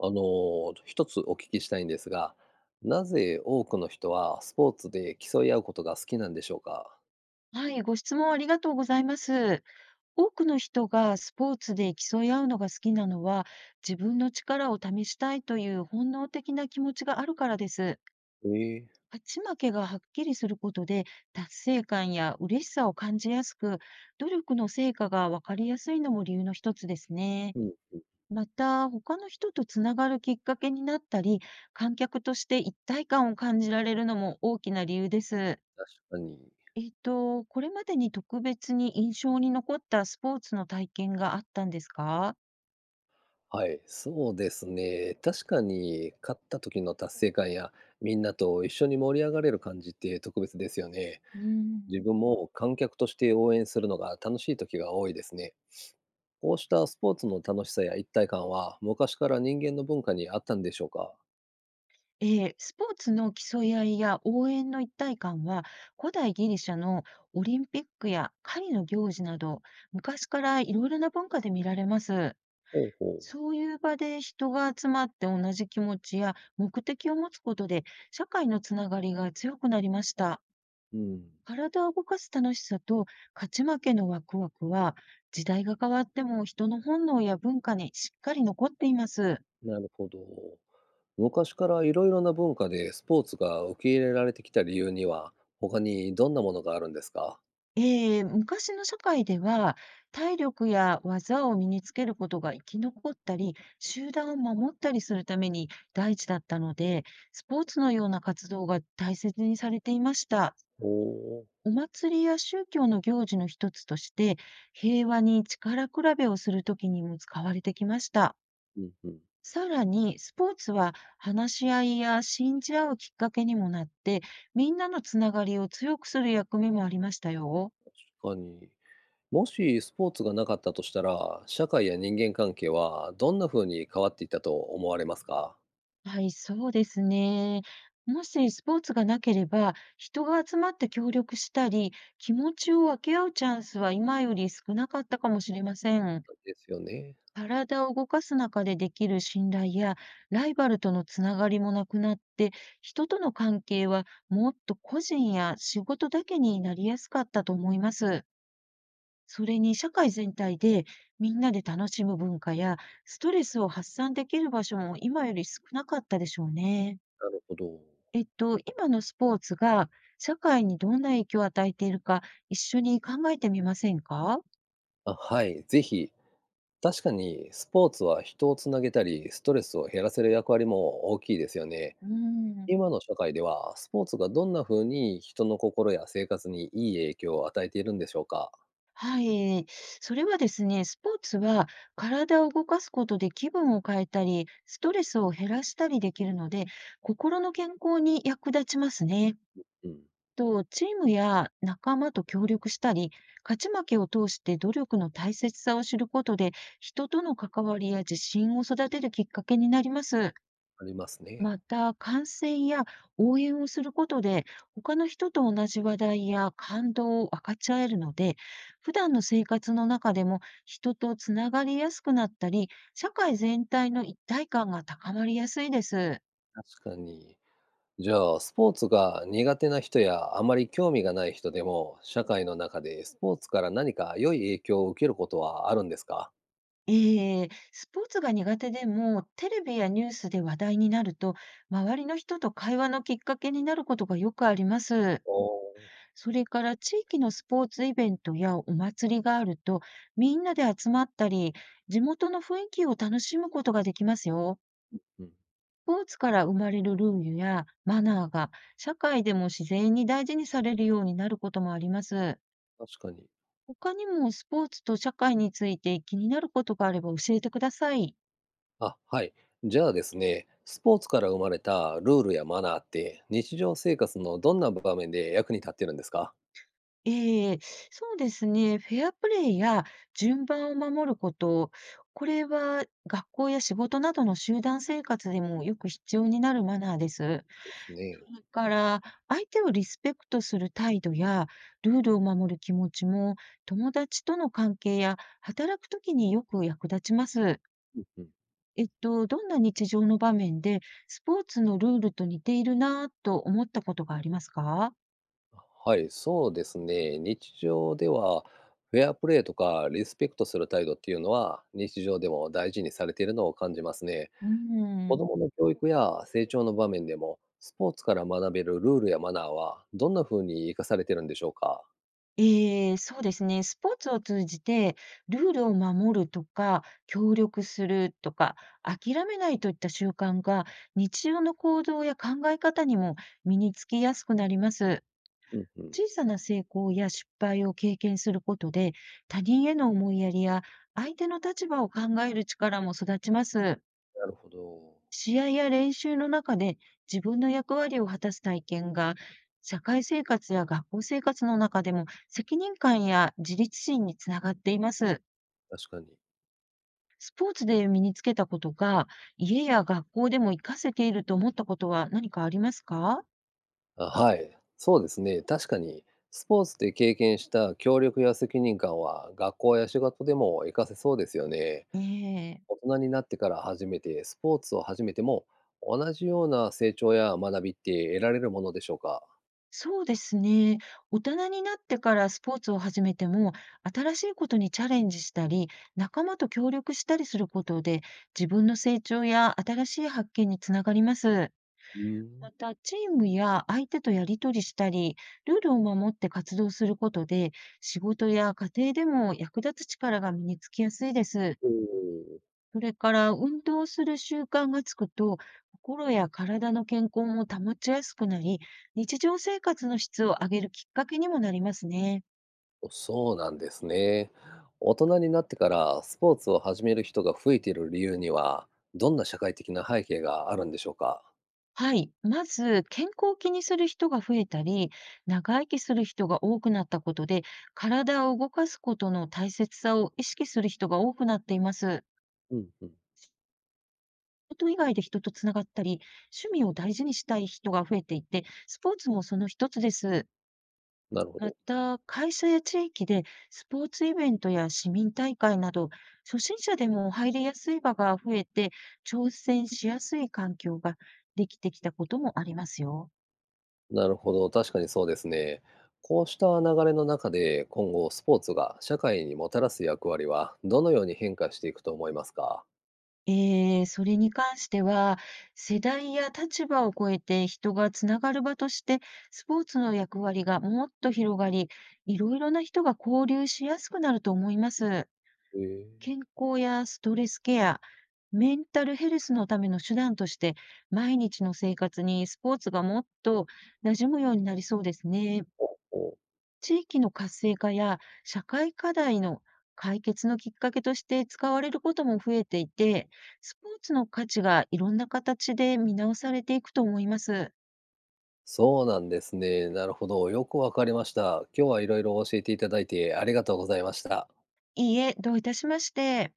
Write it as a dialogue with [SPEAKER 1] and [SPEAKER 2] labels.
[SPEAKER 1] あの、一つお聞きしたいんですが、なぜ多くの人はスポーツで競い合うことが好きなんでしょうか？
[SPEAKER 2] はい、ご質問ありがとうございます。多くの人がスポーツで競い合うのが好きなのは、自分の力を試したいという本能的な気持ちがあるからです。
[SPEAKER 1] ええ、
[SPEAKER 2] 勝ち負けがはっきりすることで、達成感や嬉しさを感じやすく、努力の成果がわかりやすいのも理由の一つですね。
[SPEAKER 1] うん、
[SPEAKER 2] また、他の人とつながるきっかけになったり、観客として一体感を感じられるのも大きな理由です。
[SPEAKER 1] 確かに。
[SPEAKER 2] これまでに特別に印象に残ったスポーツの体験があったんですか？
[SPEAKER 1] はい、そうですね。確かに勝った時の達成感や、みんなと一緒に盛り上がれる感じって特別ですよね。
[SPEAKER 2] うーん。
[SPEAKER 1] 自分も観客として応援するのが楽しい時が多いですね。こうしたスポーツの楽しさや一体感は、昔から人間の文化にあったんでしょうか？
[SPEAKER 2] ええ、スポーツの競い合いや応援の一体感は、古代ギリシャのオリンピックや狩りの行事など、昔からいろいろな文化で見られます。
[SPEAKER 1] ほうほう。
[SPEAKER 2] そういう場で人が集まって同じ気持ちや目的を持つことで、社会のつながりが強くなりました。
[SPEAKER 1] うん、
[SPEAKER 2] 体を動かす楽しさと勝ち負けのワクワクは、時代が変わっても人の本能や文化にしっかり残っています。
[SPEAKER 1] なるほど。昔からいろいろな文化でスポーツが受け入れられてきた理由には、他にどんなものがあるんですか？
[SPEAKER 2] 昔の社会では、体力や技を身につけることが生き残ったり、集団を守ったりするために大事だったので、スポーツのような活動が大切にされていました。
[SPEAKER 1] おおー、
[SPEAKER 2] お祭りや宗教の行事の一つとして、平和に力比べをするときにも使われてきました。
[SPEAKER 1] うんうん、
[SPEAKER 2] さらに、スポーツは話し合いや信じ合うきっかけにもなって、みんなのつながりを強くする役目もありましたよ。
[SPEAKER 1] 確かに。もしスポーツがなかったとしたら、社会や人間関係はどんな風に変わっていったと思われますか？
[SPEAKER 2] はい、そうですね。もしスポーツがなければ、人が集まって協力したり、気持ちを分け合うチャンスは今より少なかったかもしれません。
[SPEAKER 1] ですよね。
[SPEAKER 2] 体を動かす中でできる信頼や、ライバルとのつながりもなくなって、人との関係はもっと個人や仕事だけになりやすかったと思います。それに社会全体でみんなで楽しむ文化やストレスを発散できる場所も今より少なかったでしょうね。
[SPEAKER 1] なるほど。
[SPEAKER 2] 今のスポーツが社会にどんな影響を与えているか一緒に考えてみませんか？
[SPEAKER 1] あ、はい、ぜひ。確かにスポーツは人をつなげたり、ストレスを減らせる役割も大きいですよね。
[SPEAKER 2] うん。
[SPEAKER 1] 今の社会では、スポーツがどんな風に人の心や生活にいい影響を与えているんでしょうか？
[SPEAKER 2] はい。それはですね、スポーツは体を動かすことで気分を変えたり、ストレスを減らしたりできるので、心の健康に役立ちますね。
[SPEAKER 1] うん、
[SPEAKER 2] と、チームや仲間と協力したり、勝ち負けを通して努力の大切さを知ることで、人との関わりや自信を育てるきっかけになります。
[SPEAKER 1] ありますね。
[SPEAKER 2] また、観戦や応援をすることで、他の人と同じ話題や感動を分かち合えるので、普段の生活の中でも人とつながりやすくなったり、社会全体の一体感が高まりやすいです。
[SPEAKER 1] 確かに。じゃあ、スポーツが苦手な人やあまり興味がない人でも、社会の中でスポーツから何か良い影響を受けることはあるんですか？
[SPEAKER 2] ええ、スポーツが苦手でも、テレビやニュースで話題になると、周りの人と会話のきっかけになることがよくあります。
[SPEAKER 1] お、あ、
[SPEAKER 2] それから地域のスポーツイベントやお祭りがあると、みんなで集まったり、地元の雰囲気を楽しむことができますよ。
[SPEAKER 1] うん、
[SPEAKER 2] スポーツから生まれるルールやマナーが、社会でも自然に大事にされるようになることもあります。
[SPEAKER 1] 確かに。
[SPEAKER 2] 他にもスポーツと社会について気になることがあれば教えてください。
[SPEAKER 1] あ、はい。じゃあですね、スポーツから生まれたルールやマナーって、日常生活のどんな場面で役に立ってるんですか？
[SPEAKER 2] ええ、そうですね。フェアプレイや順番を守ること、これは学校や仕事などの集団生活でもよく必要になるマナーです。
[SPEAKER 1] です
[SPEAKER 2] そ
[SPEAKER 1] ね。
[SPEAKER 2] れから、相手をリスペクトする態度や、ルールを守る気持ちも、友達との関係や働くときによく役立ちます。
[SPEAKER 1] うん。
[SPEAKER 2] どんな日常の場面で、スポーツのルールと似ているなぁと思ったことがありますか？
[SPEAKER 1] はい、そうですね。日常では、フェアプレーとかリスペクトする態度っていうのは、日常でも大事にされているのを感じますね。
[SPEAKER 2] うー
[SPEAKER 1] 子
[SPEAKER 2] ん。
[SPEAKER 1] どもの教育や成長の場面でも、スポーツから学べるルールやマナーは、どんな風に活かされてるんでしょうか？
[SPEAKER 2] ええ、そうですね。スポーツを通じて、ルールを守るとか、協力するとか、諦めないといった習慣が、日常の行動や考え方にも身につきやすくなります。
[SPEAKER 1] うんうん。
[SPEAKER 2] 小さな成功や失敗を経験することで、他人への思いやりや、相手の立場を考える力も育ちます。
[SPEAKER 1] なるほど。
[SPEAKER 2] 試合や練習の中で自分の役割を果たす体験が、社会生活や学校生活の中でも責任感や自立心につながっています。
[SPEAKER 1] 確かに。
[SPEAKER 2] スポーツで身につけたことが、家や学校でも活かせていると思ったことは何かありますか？
[SPEAKER 1] あ、はい。そうですね。確かに、スポーツで経験した協力や責任感は、学校や仕事でも活かせそうですよね。
[SPEAKER 2] え
[SPEAKER 1] 大
[SPEAKER 2] え。
[SPEAKER 1] 人になってから始めて、スポーツを始めても、同じような成長や学びって得られるものでしょうか？
[SPEAKER 2] そうですね。大人になってからスポーツを始めても、新しいことにチャレンジしたり、仲間と協力したりすることで、自分の成長や新しい発見につながります。
[SPEAKER 1] うーん。
[SPEAKER 2] また、チームや相手とやり取りしたり、ルールを守って活動することで、仕事や家庭でも役立つ力が身につきやすいです。
[SPEAKER 1] うー
[SPEAKER 2] それから、運動する習慣がつくと、心や体の健康も保ちやすくなり、日常生活の質を上げるきっかけにもなりますね。
[SPEAKER 1] ん、そうなんですね。大人になってからスポーツを始める人が増えている理由には、どんな社会的な背景があるんでしょうか？
[SPEAKER 2] はい。まず、健康を気にする人が増えたり、長生きする人が多くなったことで、体を動かすことの大切さを意識する人が多くなっています。
[SPEAKER 1] うんうん。
[SPEAKER 2] 事以外で人とつながったり、趣味を大事にしたい人が増えていて、スポーツもその一つです。
[SPEAKER 1] なるほ
[SPEAKER 2] ま
[SPEAKER 1] ど。
[SPEAKER 2] た、会社や地域でスポーツイベントや市民大会など、初心者でも入りやすい場が増えて、挑戦しやすい環境ができてきたこともありますよ。
[SPEAKER 1] なるほど、確かにそうですね。こうした流れの中で、今後スポーツが社会にもたらす役割は、どのように変化していくと思いますか？
[SPEAKER 2] それに関しては、世代や立場を超えて人がつながる場として、スポーツの役割がもっと広がり、いろいろな人が交流しやすくなると思います。
[SPEAKER 1] へえ。
[SPEAKER 2] 健康やストレスケア、メンタルヘルスのための手段として、毎日の生活にスポーツがもっと馴染むようになりそうですね。
[SPEAKER 1] おお、
[SPEAKER 2] 地域の活性化や社会課題の解決のきっかけとして使われることも増えていて、スポーツの価値がいろんな形で見直されていくと思います。
[SPEAKER 1] そうなんですね。なるほど。よくわかりました。今日はいろいろ教えていただいてありがとうございました。
[SPEAKER 2] いいえ、どういたしまして。